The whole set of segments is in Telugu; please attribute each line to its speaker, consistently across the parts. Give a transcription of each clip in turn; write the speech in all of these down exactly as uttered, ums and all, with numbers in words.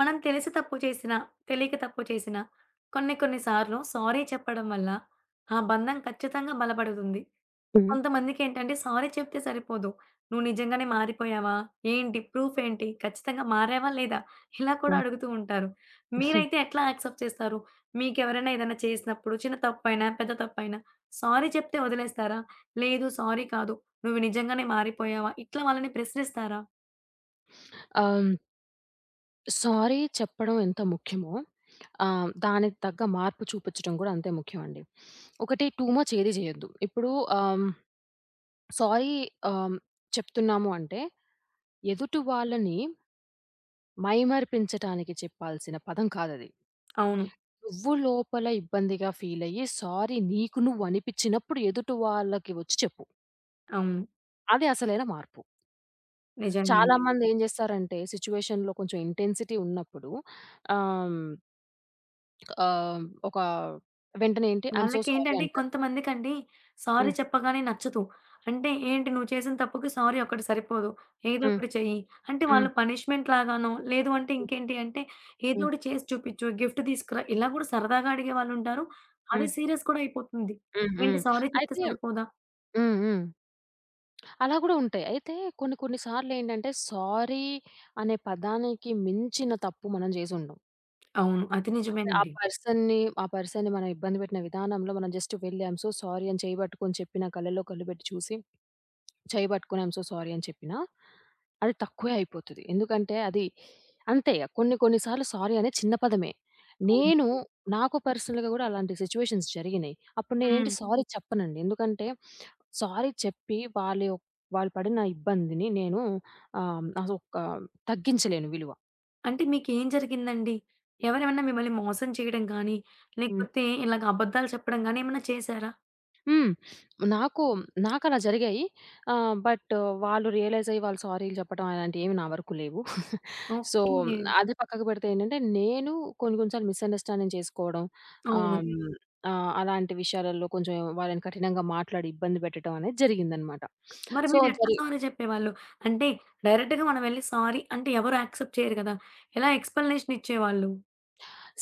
Speaker 1: మనం తెలిసి తప్పు చేసినా, తెలియక తప్పు చేసినా కొన్ని కొన్ని సార్లు సారీ చెప్పడం వల్ల ఆ బంధం ఖచ్చితంగా బలపడుతుంది.
Speaker 2: హ్మ్.
Speaker 1: కొంతమందికేంటంటే సారీ చెప్తే సరిపోదు. "నువ్వు నిజంగానే మారిపోయావా? ఏంటి? ప్రూఫ్ ఏంటి? ఖచ్చితంగా మారావా? లేదా?" ఇలా కూడా
Speaker 2: హ్మ్.
Speaker 1: అడుగుతూ ఉంటారు. మీరైతే ఎట్లా యాక్సెప్ట్ చేస్తారు? మీకెవరైనా ఏదైనా చేసినప్పుడు చిన్న తప్పైనా, పెద్ద తప్పైనా సారీ చెప్తే వదిలేస్తారా? లేదు సారీ కాదు. నువ్వు నిజంగానే మారిపోయావా? ఇట్లా వాళ్ళని ప్రశ్నిస్తారా?
Speaker 2: ఆహ్, సారీ చెప్పడం ఎంత ముఖ్యమో ఆహ్, దానికి తగ్గ మార్పు చూపించడం కూడా అంతే ముఖ్యమండి. ఒకటి టూ మచ్ ఏది చేయొద్దు. ఇప్పుడు ఆహ్, సారీ ఆహ్, చెప్తున్నాము అంటే ఎదుటి వాళ్ళని మైమరిపించటానికి చెప్పాల్సిన పదం కాదది.
Speaker 1: అవును.
Speaker 2: నువ్వు లోపల ఇబ్బందిగా ఫీల్ అయ్యి సారీ నీకు నువ్వు అనిపించినప్పుడు ఎదుటి వాళ్ళకి వచ్చి చెప్పు.
Speaker 1: అవును.
Speaker 2: అది అసలైన మార్పు.
Speaker 1: నిజంగానే.
Speaker 2: చాలామంది ఏం చేస్తారంటే సిట్యుయేషన్‌లో కొంచెం ఇంటెన్సిటీ ఉన్నప్పుడు ఆహ్ ఆహ్, ఒక వెంటనే ఏంటి ఐ యామ్ సో సారీ
Speaker 1: వాళ్ళకేంటంటే
Speaker 2: అంటారు.
Speaker 1: కొంతమందికండి సారీ
Speaker 2: హ్మ్.
Speaker 1: చెప్పగానే నచ్చదు. అంటే ఏంటి "నువ్వు చేసిన తప్పుకి సారీ ఒక్కటి సరిపోదు. ఏదో
Speaker 2: హ్మ్.
Speaker 1: ఒకటి చెయ్యి" అంటే
Speaker 2: హ్మ్.
Speaker 1: వాళ్ళు పనిష్మెంట్ లాగానో, లేదు అంటే ఇంకేంటి అంటే ఏదో
Speaker 2: హ్మ్.
Speaker 1: ఒకటి చేసి చూపిచ్చు, గిఫ్ట్ తీసుకురా ఇలా కూడా సరదాగా అడిగే వాళ్ళుంటారు. అది
Speaker 2: హ్మ్.
Speaker 1: సీరియస్ కూడా అయిపోతుంది.
Speaker 2: హ్మ్.
Speaker 1: ఏంటి
Speaker 2: హ్మ్.
Speaker 1: సారీ చెప్తే
Speaker 2: అయితే
Speaker 1: సరిపోదా?
Speaker 2: హ్మ్. హ్మ్. అలా కూడా ఉంటాయి. అయితే కొన్ని కొన్ని సార్లేంటంటే సారీ అనే పదానికి మించిన తప్పు మనం జేసుండం.
Speaker 1: అవును. అది
Speaker 2: అంటే ఆ
Speaker 1: నిజమేనండి.
Speaker 2: పర్సన్‌ని ఆ పర్సన్‌ని మనం ఇబ్బంది పెట్టిన విధానంలో మనం జస్ట్ వెళ్లి ఐ యామ్ సో సారీ అని చేయబట్టుకొని చెప్పిన కళ్ళలో కళ్ళు పెట్టి చూసి చెయ్యి పట్టుకొని ఐయామ్ సో సారీ అని చెప్పినా, అది తక్కువే అయిపోతది. ఎందుకంటే అది అంతే కొన్ని కొన్ని సార్లు సారీ అనేది చిన్న పదమే.
Speaker 1: అవును.
Speaker 2: నేను నాకు పర్సనల్‌గా గూడా అలాంటి సిట్యుయేషన్స్ జరిగినియి. అప్పుడు నేనేంటి
Speaker 1: హ్మ్.
Speaker 2: సారీ చెప్పనండి. ఎందుకంటే సారీ చెప్పి వాళ్ళ యొ వాళ్ళు పడిన ఇబ్బందిని నేను ఆహ్, అదొక తగ్గించలేను విలువ.
Speaker 1: అంటే మీకేం జరిగిందండి? ఎవరేమన్నా మిమ్మల్ని మోసం చేయడం గానీ, లేకపోతే ఇలాగ అబద్ధాలు చెప్పడం గానీ ఏమన్నా చేశారా?
Speaker 2: హ్మ్. నాకు నాకలా జరిగాయి. ఆహ్, బట్ వాళ్ళు రియలైజ్ అయ్యి వాళ్ళు సారీలు చెప్పడం అలాంటియేమి నా వరకు లేవు. So,
Speaker 1: okay.
Speaker 2: అది పక్కకు పెడితే ఏంటంటే, నేను కొన్ని కొన్ని సార్లు మిస్‌అండర్‌స్టాండింగ్ చేసుకోవడం
Speaker 1: అవును.
Speaker 2: ఆహ్, హ్మ్, ఆహ్, అలాంటి విషయాలలో కొంచెం వాళ్ళని కఠినంగా మాట్లాడి ఇబ్బంది పెట్టడం అనేది జరిగిందనమాట.
Speaker 1: మరి
Speaker 2: సో,
Speaker 1: మీరెట్లా
Speaker 2: జరి
Speaker 1: సారీ చెప్పేవాళ్ళు? అంటే డైరెక్ట్‌గా మనం వెళ్లి సారీ అంటే ఎవరు యాక్సెప్ట్ చేయరు కదా! ఎలా ఎక్స్‌ప్లనేషన్ ఇచ్చేవాళ్ళు?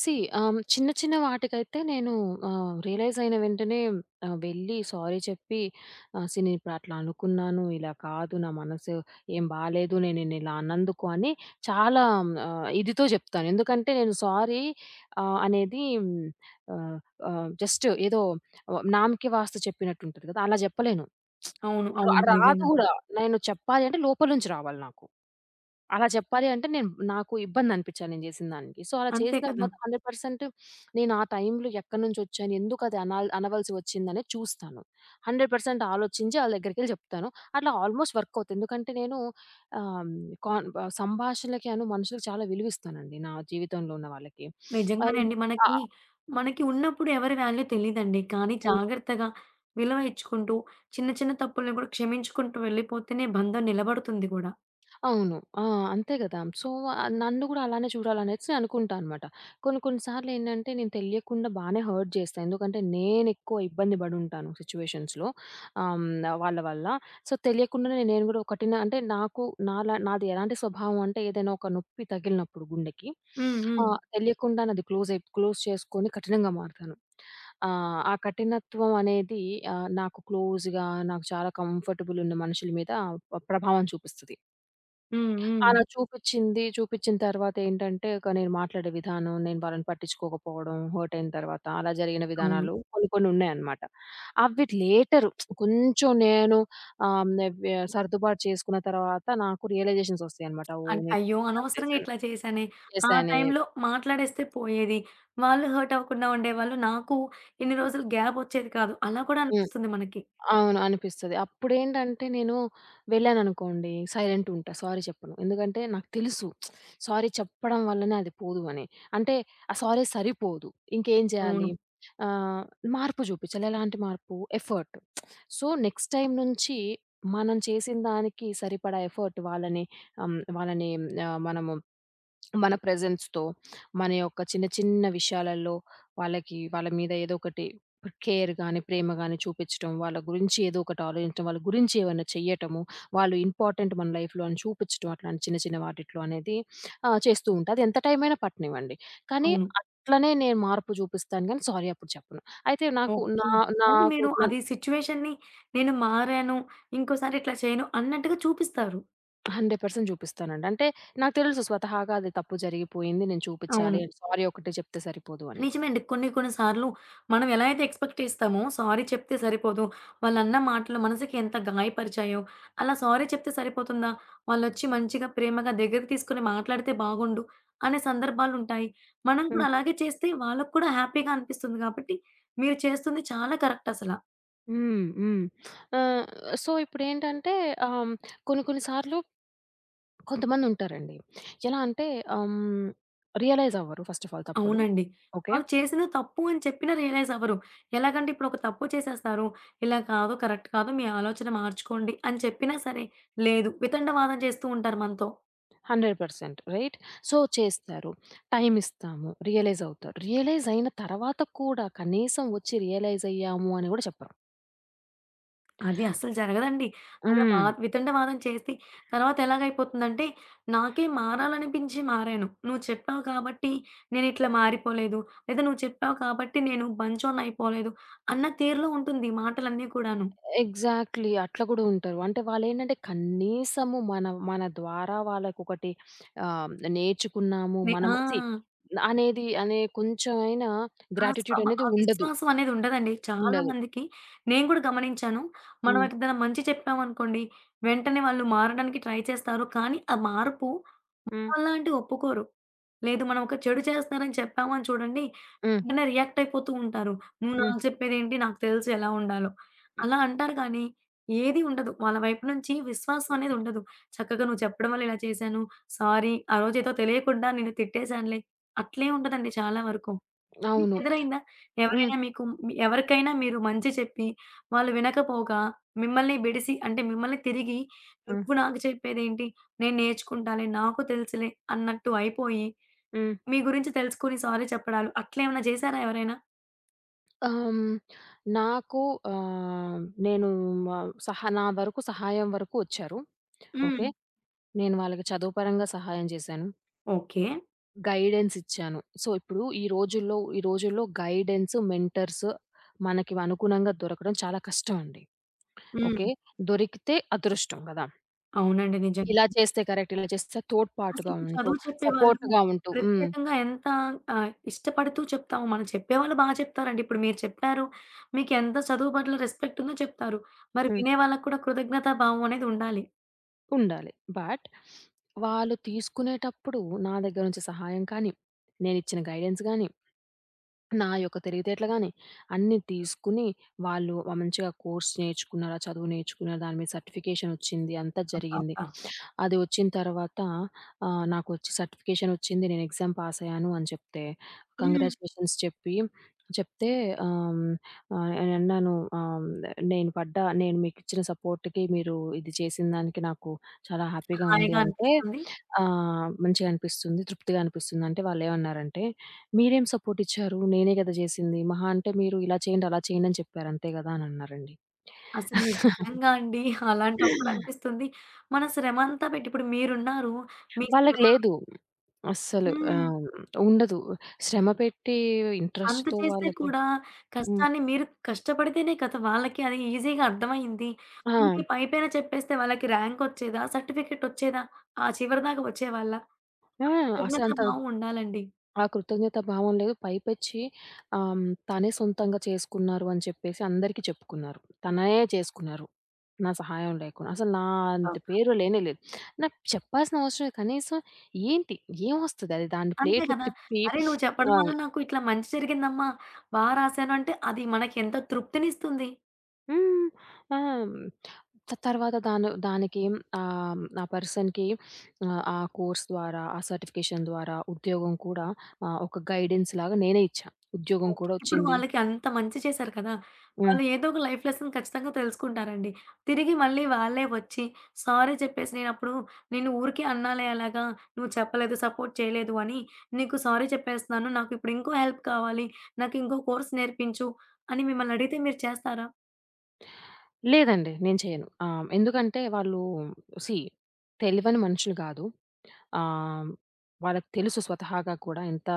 Speaker 2: సీ ఆహ్, చిన్న చిన్న వాటికైతే నేను ఆహ్, రియలైజ్ అయిన వెంటనే ఆహ్, వెళ్ళి సారీ చెప్పి ఆహ్, "సీ నేను ఇప్పుడట్లా అనుకున్నాను. ఇలా కాదు. నా మనసు ఏం బాలేదు. నేను నిన్నిలా అన్నందుకు" అని చాలా ఆహ్, ఇదితో చెప్తాను. ఎందుకంటే నేను సారీ ఆహ్, అనేది ఆహ్, ఆహ్, జస్ట్ ఏదో నామకి వాస్తు చెప్పినట్టుంటది కదా! అలా చెప్పలేను.
Speaker 1: అవును.
Speaker 2: ర
Speaker 1: అవును.
Speaker 2: రాదు
Speaker 1: నిజంగానే.
Speaker 2: గూడా. నేను చెప్పాలి అంటే లోపల నుంచి రావాలి నాకు. అలా చెప్పాలి అంటే నేను నాకు ఇబ్బందనిపించాలి నేను చేసిన దానికి. సో, అలా
Speaker 1: అంతే
Speaker 2: చేసినప్పుడు
Speaker 1: కదా!
Speaker 2: మాత్రం హండ్రెడ్ పర్సెంట్ నేను ఆ టైంలో ఎక్కడి నుంచొచ్చాను, ఎందుకది అనాల్ అనవలసి వచ్చిందనేది చూస్తాను. హండ్రెడ్ పర్సెంట్ ఆలోచించి ఆళ్ళ దగ్గరికెళ్ళి చెప్తాను. అట్లా ఆల్‌మోస్ట్ వర్క్ అవుతుంది. ఎందుకంటే నేను ఆహ్, కాన్ ఆహ్, సంభాషణలకి అను మనుషులకి చాలా విలువిస్తానండి నా జీవితంలో ఉన్న వాళ్ళకి.
Speaker 1: నిజంగానే
Speaker 2: అండ్
Speaker 1: అండి.
Speaker 2: ఆ!
Speaker 1: మనకి, మనకి ఉన్నప్పుడు ఎవరి వాల్యూ తెలీదండి. కానీ
Speaker 2: హ్మ్.
Speaker 1: జాగ్రత్తగా విలువ ఇచ్చుకుంటూ, చిన్న చిన్న తప్పుల్ని కూడా క్షమించుకుంటూ వెళ్ళిపోతేనే బంధం నిలబడుతుంది కూడా.
Speaker 2: అవును. ఆ! అంతే గదా! సో, నన్ను గూడా అలానే చూడాలనేసి అనుకుంటా అనమాట. కొన్ని కొన్ని సార్లేంటంటే నేను తెలియకుండా బానే హర్ట్ చేస్తా. ఎందుకంటే నేనెక్కువ ఇబ్బంది పడుంటాను సిట్యుయేషన్స్‌లో ఆహ్, హ్మ్. వాళ్ళ వల్ల. సో, తెలియకుండానే నేను గూడా ఒకటిన అంటే నాకు నాలా నాది ఎలాంటి స్వభావం అంటే ఏదైనా ఒక నొప్పి తగిలినప్పుడు గుండెకి హ్మ్.
Speaker 1: హ్మ్. హ్మ్.
Speaker 2: ఆహ్, తెలియకుండా నాది క్లోజ్ అయి క్లోజ్ చేసుకొని కఠినంగా మారతాను. ఆహ్, ఆ కఠినత్వం అనేది ఆహ్, నాకు క్లోజ్‌గా నాకు చాలా కంఫర్టబుల్ ఉన్న మనుషుల మీద ప్రభావం చూపిస్తది.
Speaker 1: హ్మ్. హ్మ్.
Speaker 2: అలా చూపిచ్చింది. చూపిచ్చిన తర్వాతేంటంటే, ఇక నేను మాట్లాడే విధానం, నేను వాళ్ళని పట్టించుకోకపోవడం, హర్ట్ అయిన తర్వాత అలా జరిగిన
Speaker 1: అవును.
Speaker 2: విధానాలు కొన్ని కొన్ని ఉన్నాయన్నమాట. అవి లేటర్ కొంచెం నేను ఆహ్, హ్మ్, వ్య సర్దుబాటు చేసుకున్న తర్వాత నాకు రియలైజేషన్స్ వస్తాయన్నమాట. ఓహ్!
Speaker 1: అన్
Speaker 2: నేను
Speaker 1: అయ్యో!
Speaker 2: ఇలా
Speaker 1: అనవసరంగా
Speaker 2: చేశాను.
Speaker 1: ఇట్లా చేశానే. ఆ
Speaker 2: చేశానే.
Speaker 1: టైంలో మాట్లాడేస్తే పోయేది. వాళ్ళు హర్ట్ అవ్వకుండా ఉండేవాళ్ళు. నాకు ఇన్ని రోజులు గ్యాప్ ఒచ్చేది కాదు. అలా కూడా
Speaker 2: హ్మ్.
Speaker 1: అనిపిస్తుంది మనకి.
Speaker 2: అవును. అనిపిస్తది. అప్పుడేంటంటే నేను వెళ్ళాననుకోండి సైలెంటుంటా. సారీ చెప్పను. ఎందుకంటే నాకు తెలుసు సారీ చెప్పడం వల్లనే అది పోదు అని. అంటే ఆ సారీ సరిపోదు. ఇంకేం చేయాలి?
Speaker 1: అవును.
Speaker 2: ఆహ్, మార్పు చూపించాలి. ఎలాంటి మార్పు? ఎఫర్ట్. సో, నెక్స్ట్ టైమ్ నుంచి మనం చేసిన దానికి సరిపడా ఎఫర్ట్ వాళ్ళని ఆహ్, వాళ్ళని ఆహ్, మనము మన ప్రెజెన్స్‌తో, మన యొక్క చిన్న చిన్న విషయాలలో వాళ్ళకి వాళ్ళ మీద ఏదో ఒకటి కేర్ గాని, ప్రేమ గాని చూపిచ్చటం, వాళ్ళ గురించి ఏదో ఒకటి ఆలోచించడం, వాళ్ళ గురించి ఏమైనా చెయ్యటము, వాళ్ళు ఇంపార్టెంట్ మన లైఫ్‌లో అని చూపిచ్చటం అట్లాంటి చిన్న చిన్న వాటిట్లో అనేది ఆహ్, చేస్తూ ఉంటా. అది ఎంత టైం అయినా పట్టనివ్వండి. కానీ
Speaker 1: అవును.
Speaker 2: అట్లనే నేను మార్పు చూపిస్తాను గానీ సారీ అప్పుడు చెప్పను. అయితే నాకు
Speaker 1: ఓకే.
Speaker 2: నా
Speaker 1: అంటే
Speaker 2: నాకు
Speaker 1: మీరు
Speaker 2: నన్
Speaker 1: అది సిట్యుయేషన్‌ని నేను మారాను. ఇంకోసారి ఇట్లా చేయను అన్నట్టుగా చూపిస్తారు.
Speaker 2: హండ్రెడ్ పర్సెంట్ చూపిస్తానండి. అంటే నాకు తెలుసు స్వతహాగా అది తప్పు జరిగిపోయింది. నేను
Speaker 1: అవును.
Speaker 2: చూపిచ్చాలి. సారీ ఒకటే చెప్తే సరిపోదు అని.
Speaker 1: నిజమే అండి. కొన్ని కొన్ని సార్లు మనం ఎలా అయితే ఎక్స్‌పెక్ట్ చేస్తామో సారీ చెప్తే సరిపోదు. వాళ్ళన్న మాటలు మనసుకి ఎంత గాయపరిచాయో, అలా సారీ చెప్తే సరిపోతుందా? వాళ్ళొచ్చి మంచిగా ప్రేమగా దగ్గరికి తీసుకొని మాట్లాడితే బాగుండు అనే సందర్భాలుంటాయి. మనం కూడా
Speaker 2: హ్మ్.
Speaker 1: అలాగే చేస్తే వాళ్ళకి కూడా హ్యాపీగా అనిపిస్తుంది కాబట్టి మీరు చేస్తుంది చాలా కరెక్ట్ అసల.
Speaker 2: హ్మ్. హ్మ్. ఆహ్, సో, ఇప్పుడేంటంటే ఆహ్, కొన్ని కొన్ని సార్లు కొంతమందుంటారండి. ఎలా అంటే ఆహ్, రియలైజ్ అవ్వరు ఫస్ట్ ఆఫ్ ఆల్ తప్పులు.
Speaker 1: అవునండి.
Speaker 2: ఓకే.
Speaker 1: వాళ్ళు చేసింది తప్పు అని చెప్పినా రియలైజ్ అవ్వరు. ఎలాగంటే ఇప్పుడు ఒక తప్పు చేసేస్తారు. ఇలా కాదు, కరెక్ట్ కాదు, మీ ఆలోచన మార్చుకోండి అని చెప్పినా సరే లేదు వితండవాదం చేస్తూ ఉంటారు మనతో.
Speaker 2: Hundred percent right. సో, చేస్తారు. టైమ్ ఇస్తాము. రియలైజ్ అవుతారు. రియలైజ్ అయిన తర్వాత కూడా కనీసం వచ్చి రియలైజ్ అయ్యాము అని గూడా చెప్పరు.
Speaker 1: అది అస్సలు జరగదండి. అలా వా
Speaker 2: హ్మ్.
Speaker 1: వితండవాదం చేసి తర్వాత ఎలాగైపోతుందంటే, నాకే మారాలనిపించి మారాను. నువ్వు చెప్పావు కాబట్టి నేనిట్లా మారిపోలేదు. లేదా నువ్వు చెప్పావు కాబట్టి నేను మంచోడినయిపోలేదు అన్న తీరులో ఉంటుంది మాటలన్నీ కూడాను.
Speaker 2: ఎగ్జాక్ట్‌లీ. అట్లా గూడా ఉంటారు. అంటే వాళ్ళేంటంటే కనీసము మన మన ద్వారా వాళ్ళకొకటి ఆహ్, నేర్చుకున్నాము
Speaker 1: నే ఆ!
Speaker 2: మనము సీ అనేది అనే కొంచెమైనా
Speaker 1: ఆ!
Speaker 2: గ్రాటిట్యూడ్
Speaker 1: స్వభా
Speaker 2: అనేది
Speaker 1: ఆ
Speaker 2: ఉండదు.
Speaker 1: విశ్వాసం అనేది ఉండదండి. చాలా
Speaker 2: ఉండదు.
Speaker 1: మందికి నేను కూడా గమనించాను. మనం
Speaker 2: హ్మ్.
Speaker 1: ఏదైనా మంచి చెప్పామనుకోండి, వెంటనే వాళ్ళు మారడానికి ట్రై చేస్తారు. కానీ ఆ మార్పు మన
Speaker 2: హ్మ్.
Speaker 1: వల్ల అంటే ఒప్పుకోరు. లేదు మనం ఒక చెడు చేస్తున్నారని చెప్పామని చూడండి,
Speaker 2: హ్మ్.
Speaker 1: వెంటనే రియాక్ట్ అయిపోతూ ఉంటారు. "నువ్వు
Speaker 2: హ్మ్.
Speaker 1: నాకు చెప్పేదేంటి? నాకు తెలుసు ఎలా ఉండాలో." అలా అంటారు కానీ ఏది ఉండదు. వాళ్ళ వైపు నుంచి విశ్వాసం అనేది ఉండదు. చక్కగా "నువ్వు చెప్పడం వల్ల ఇలా చేశాను. సారీ. ఆ రోజేదో తెలియకుండా నిన్ను తిట్టేశానులే." అట్లే ఉంటదండి చాలా వరకు.
Speaker 2: అవును.
Speaker 1: మీకెదురైందా?
Speaker 2: హ్మ్.
Speaker 1: ఎవరైనా మీకు మీ- ఎవరికైనా మీరు మంచి చెప్పి, వాళ్ళు వినకపోగా మిమ్మల్ని బెడిసి అంటే మిమ్మల్ని తిరిగి
Speaker 2: హ్మ్.
Speaker 1: "నువ్వు నాకు చెప్పేదేంటి? నేను నేర్చుకుంటాలే, నాకు తెలుసులే" అన్నట్టు అయిపోయి,
Speaker 2: హ్మ్.
Speaker 1: మీ గురించి తెలుసుకొని సారీ చెప్పడాలు అట్లేమన్నా చేశారా ఎవరైనా?
Speaker 2: ఆహ్, నాకు ఆహ్, నేను మ సహా నా వరకు సహాయం వరకు వచ్చారు.
Speaker 1: హ్మ్.
Speaker 2: ఓకే. నేను వాళ్ళకి చదువు పరంగా సహాయం చేశాను.
Speaker 1: ఓకే.
Speaker 2: గైడెన్స్ ఇచ్చాను. సో, ఇప్పుడు ఈ రోజుల్లో ఈ రోజుల్లో గైడెన్స్, మెంటర్స్ మనకి అనుగుణంగా దొరకడం చాలా కష్టం అండి.
Speaker 1: హ్మ్.
Speaker 2: ఓకే. దొరికితే అదృష్టం గదా!
Speaker 1: అవునండి. నిజంగా.
Speaker 2: ఇలా చేస్తే కరెక్ట్, ఇలా చేస్తే తోడ్పాటుగా
Speaker 1: అసలిప్పుడు
Speaker 2: ఉంటూ,
Speaker 1: చదువు చెప్పేవాళ్ళు
Speaker 2: సపోర్ట్‌గా ఉంటూ హ్మ్.
Speaker 1: ప్రత్యేకంగా ఎంత ఆహ్, ఇష్టపడుతూ చెప్తామో, మనం చెప్పేవాళ్ళు బా చెప్తారండి. ఇప్పుడు మీరు చెప్పారు. మీకెంత చదువు పట్ల రెస్పెక్ట్ ఉందో చెప్తారు. మరి
Speaker 2: హ్మ్.
Speaker 1: వినేవాళ్ళకి కూడా కృతజ్ఞతా భావం అనేది ఉండాలి.
Speaker 2: ఉండాలి. బట్ వాళ్ళు తీసుకునేటప్పుడు నా దగ్గర నుంచి సహాయం కానీ, నేనిచ్చిన గైడెన్స్ గాని నా యొక్క తెలివితేటలుగానే అన్నీ తీసుకొని, వాళ్ళు ఆహ్, మంచిగా కోర్స్ నేర్చుకున్నారు. ఆ చదువు నేర్చుకున్నారు. దాని మీద సర్టిఫికేషన్ వచ్చింది. అంతా జరిగింది.
Speaker 1: అబ్బబ్బా!
Speaker 2: అది వచ్చిన తర్వాత ఆహ్, నాకొచ్చి సర్టిఫికేషన్ వచ్చింది. నేను ఎగ్జామ్ పాస్ అయ్యాను అని చెప్తే,
Speaker 1: హ్మ్.
Speaker 2: కంగ్రాచ్యులేషన్స్ చెప్పి చెప్తే ఆహ్, ఆహ్, నేనన్నాను ఆహ్, నేను పడ్డ నేను మీకిచ్చిన సపోర్ట్‌కి మీరు ఇది చేసిన దానికి నాకు చాలా హ్యాపీగా ఉంది
Speaker 1: హాయిగా
Speaker 2: అంటే,
Speaker 1: అనిపిస్తుంది.
Speaker 2: ఆహ్, మంచిగా అనిపిస్తుంది. తృప్తిగా అనిపిస్తుంది. అంటే వాళ్ళేమన్నారంటే మీరేం సపోర్టిచ్చారు? నేనే గదా జేసింది. మహా అంటే మీరు ఇలా చేయండి, అలా చేయండి అని చెప్పారు. అంతే గదా! అని అన్నారండి.
Speaker 1: అసలు నిజంగా అండి. అలాంటప్పుడు అనిపిస్తుంది. మన శ్రమంతా పెట్టి ఇప్పుడు మీరున్నారు. మీ
Speaker 2: వాళ్ళకి
Speaker 1: శ్రమ
Speaker 2: లేదు. అస్సలు
Speaker 1: హ్మ్.
Speaker 2: ఆహ్, ఉండదు. శ్రమ పెట్టి
Speaker 1: అంత
Speaker 2: ఇంట్రెస్ట్‌తో
Speaker 1: చేస్తే
Speaker 2: వాళ్ళకి
Speaker 1: కూడా
Speaker 2: హ్మ్.
Speaker 1: కష్టాన్ని మీరు కష్టపడితేనే కదా! వాళ్ళకి అది ఈజీగా అర్థమయింది.
Speaker 2: ఆ!
Speaker 1: ఊరికే పైపైన చెప్పేస్తే వాళ్ళకి ర్యాంక్ వచ్చేదా? సర్టిఫికేట్ వచ్చేదా? ఆ చివరిదాకా వచ్చేవాళ్ళా?
Speaker 2: ఆ!
Speaker 1: ఆ కృతజ్ఞతా
Speaker 2: అసలంత
Speaker 1: భావం ఉండాలండి.
Speaker 2: ఆ కృతజ్ఞత భావం లేదు. పైపెచ్చి ఆహ్, హ్మ్, తనే సొంతంగా చేసుకున్నారు అని చెప్పేసి అందరికీ చెప్పుకున్నారు. తనే చేసుకున్నారు. నా సహాయం లేకుండా. అసలు నా అంత
Speaker 1: అవును.
Speaker 2: పేరు లేనే లేదు. నాకు చెప్పాల్సిన అవసరం లేదు. కనీసం ఏంటి? ఏమొస్తది అది దాన్ని
Speaker 1: అంతే
Speaker 2: ప్లేట్లు
Speaker 1: కదా!
Speaker 2: తిప్పి
Speaker 1: అరే! నువ్వు చెప్పడం వల్ల
Speaker 2: ఆహ్,
Speaker 1: నాకు ఇట్లా మంచి జరిగిందమ్మా, బా రాశాను అంటే అది మనకి ఎంత తృప్తినిస్తుంది.
Speaker 2: హ్మ్. ఆ! త తర్వాత దాని దానికి ఆహ్, ఆ పర్సన్‌కి ఆహ్, ఆ కోర్స్ ద్వారా, ఆ సర్టిఫికేషన్ ద్వారా ఉద్యోగం కూడా ఆహ్, ఒక గైడెన్స్ లాగా నేనే ఇచ్చా. ఉద్యోగం
Speaker 1: ఓకే.
Speaker 2: కూడా
Speaker 1: ఇప్పుడు
Speaker 2: వచ్చింది.
Speaker 1: వాళ్ళకి అంత మంచి చేశారు కదా!
Speaker 2: హ్మ్.
Speaker 1: వాళ్ళు ఏదో ఒక లైఫ్ లెసన్ ఖచ్చితంగా తెలుసుకుంటారండి. తిరిగి మళ్ళీ వాళ్ళే వచ్చి సారీ చెప్పేసి నేనప్పుడు నిన్ను ఊరికే అన్నాలే అలాగా, నువ్వు చెప్పలేదు, సపోర్ట్ చేయలేదు అని నీకు సారీ చెప్పేస్తున్నాను. నాకు ఇప్పుడు ఇంకో హెల్ప్ కావాలి. నాకు ఇంకో కోర్స్ నేర్పించు అని మిమ్మల్ని అడిగితే మీరు చేస్తారా?
Speaker 2: లేదండి. నేను చేయను. ఆహ్, ఎందుకంటే వాళ్ళు సీ తెలివని మనుషులు గాదు. ఆహ్, వాళ్ళకి తెలుసు స్వతహాగా కూడా ఎంత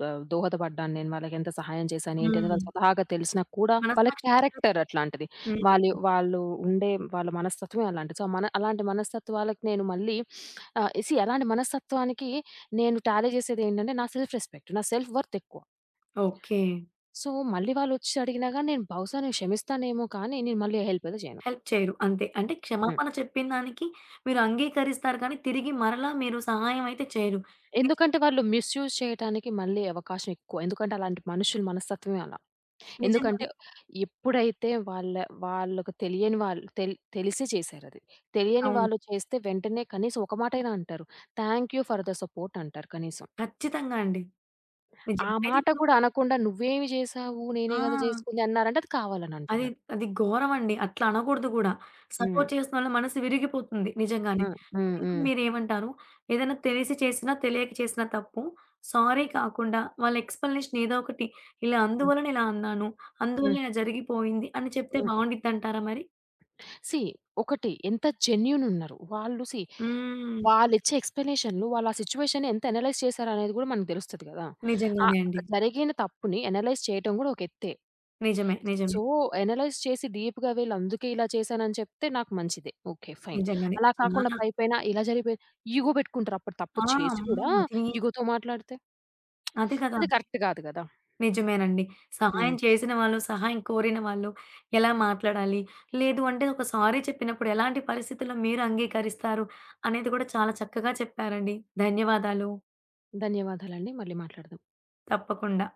Speaker 2: ద దోహదపడ్డాను నేను, వాళ్ళకెంత సహాయం చేశాను, ఏంటి అనేది
Speaker 1: హ్మ్.
Speaker 2: వాళ్ళు స్వతహాగా తెలిసినా కూడా వాళ్ళ
Speaker 1: మనస్సాక్షికి తెలుసు.
Speaker 2: క్యారెక్టర్ అట్లాంటిది.
Speaker 1: హ్మ్.
Speaker 2: వాళ్ళు వాళ్ళు ఉండే వాళ్ళ మనస్తత్వమే అలాంటిది. సో, మన అలాంటి మనస్తత్వాలకి నేను మళ్ళీ ఆహ్, సీ అలాంటి మనస్తత్వానికి నేను టాలీ చేసేదేంటంటే నా సెల్ఫ్ రెస్పెక్ట్, నా సెల్ఫ్ వర్త్ ఎక్కువ.
Speaker 1: ఓకే.
Speaker 2: సో, మళ్ళీ వాళ్ళొచ్చి అడిగినా గాని నేను బహుశా నేను క్షమిస్తానేమో కానీ నేను మళ్ళీ హెల్ప్ అయితే చేయను.
Speaker 1: హెల్ప్ చేయరు. అంతే. అంటే
Speaker 2: హ్మ్.
Speaker 1: క్షమాపణ చెప్పిన దానికి మీరు అంగీకరిస్తారు కానీ తిరిగి మరలా మీరు సహాయం అయితే చేయరు.
Speaker 2: ఎందుకంటే
Speaker 1: నిజమే.
Speaker 2: వాళ్ళు మిస్‌యూజ్ చేయటానికి మళ్ళీ అవకాశం ఎక్కువ. ఎందుకంటే అలాంటి మనుషులు మనస్తత్వమే అలా.
Speaker 1: నిజంగానే.
Speaker 2: ఎందుకంటే ఎప్పుడైతే వాళ్ళ వాళ్ళకి తెలియని వాళ్ళు తెల్ తెలిసి చేశారది. తెలియని
Speaker 1: అవును.
Speaker 2: వాళ్ళు చేస్తే వెంటనే కనీసం ఒక మాటైనా అంటారు. Thank you for the support అంటారు కనీసం.
Speaker 1: ఖచ్చితంగా అండి.
Speaker 2: ఆ
Speaker 1: నిజంగా. అయితే
Speaker 2: మాట
Speaker 1: ఇప్పుడు
Speaker 2: కూడా అనకుండా నువ్వేమి చేశావు?
Speaker 1: ఆ!
Speaker 2: నేనే గదా చేసుకుంది అన్నారంటే అది కావాలని
Speaker 1: అది
Speaker 2: అంటున్నారు.
Speaker 1: అది ఘోరమండి. అట్లా అనకూడదు గూడా.
Speaker 2: హ్మ్.
Speaker 1: సపోర్ట్ చేసినోళ్ళ మనసు విరిగిపోతుంది నిజంగానే.
Speaker 2: ఆ!
Speaker 1: అయితే
Speaker 2: హ్మ్.
Speaker 1: ఇప్పుడు
Speaker 2: హ్మ్.
Speaker 1: మీరేమంటారు? ఏదైనా తెలిసి చేసినా, తెలియక చేసిన తప్పు సారీ కాకుండా వాళ్ళ ఎక్స్‌ప్లనేషన్ ఏదో ఒకటి ఇలా
Speaker 2: హ్మ్.
Speaker 1: అందువలన ఇలా అన్నాను. అందువల్ల
Speaker 2: హ్మ్.
Speaker 1: ఇలా జరిగిపోయింది అని చెప్తే
Speaker 2: హ్మ్.
Speaker 1: బావుండిద్దంటారా మరి?
Speaker 2: సీ ఒకటి ఎంత జెన్యూన్ ఉన్నారు. వాళ్ళు సీ
Speaker 1: హ్మ్.
Speaker 2: వాళ్ళిచ్చే ఎక్స్‌ప్లనేషన్‌లు, వాళ్ళా సిట్యుయేషన్‌ని ఎంత అనలైజ్ చేశారనేది గూడా మనకు దెలుస్తది గదా! ఆహ్,
Speaker 1: నిజంగానే అండి.
Speaker 2: జరిగిన తప్పుని అనలైజ్ చేయటం గూడా ఒక ఎత్తే.
Speaker 1: నిజమే. నిజమే.
Speaker 2: సో, అనలైజ్ చేసి డీప్‌గా వీళ్ళు అందుకే ఇలా చేశానని చెప్తే నాకు మంచిదే. ఓకే. ఫైన్.
Speaker 1: నిజంగానే.
Speaker 2: అలా కాకుండా
Speaker 1: చాలా
Speaker 2: పైపైన ఇలా జరిగిపోయింది ఈగో బెట్టుకుంటారు. అప్పుడు తప్పు
Speaker 1: ఆ!
Speaker 2: చేసి
Speaker 1: అమ్మో!
Speaker 2: గూడా
Speaker 1: అది
Speaker 2: ఈగోతో మాట్లాడితే
Speaker 1: అదే కదా!
Speaker 2: అది కరెక్ట్ గాదు గదా!
Speaker 1: నిజమేనండి.
Speaker 2: హ్మ్.
Speaker 1: సహాయం చేసిన వాళ్ళు, సహాయం కోరిన వాళ్ళు ఎలా మాట్లాడాలి? లేదు అంటే ఒక సారీ చెప్పినప్పుడు ఎలాంటి పరిస్థితుల్లో మీరు అంగీకరిస్తారు? అనేది కూడా చాలా చక్కగా చెప్పారండి. ధన్యవాదాలు.
Speaker 2: ధన్యవాదాలండి. మళ్ళీ మాట్లాడదాం.
Speaker 1: తప్పకుండా.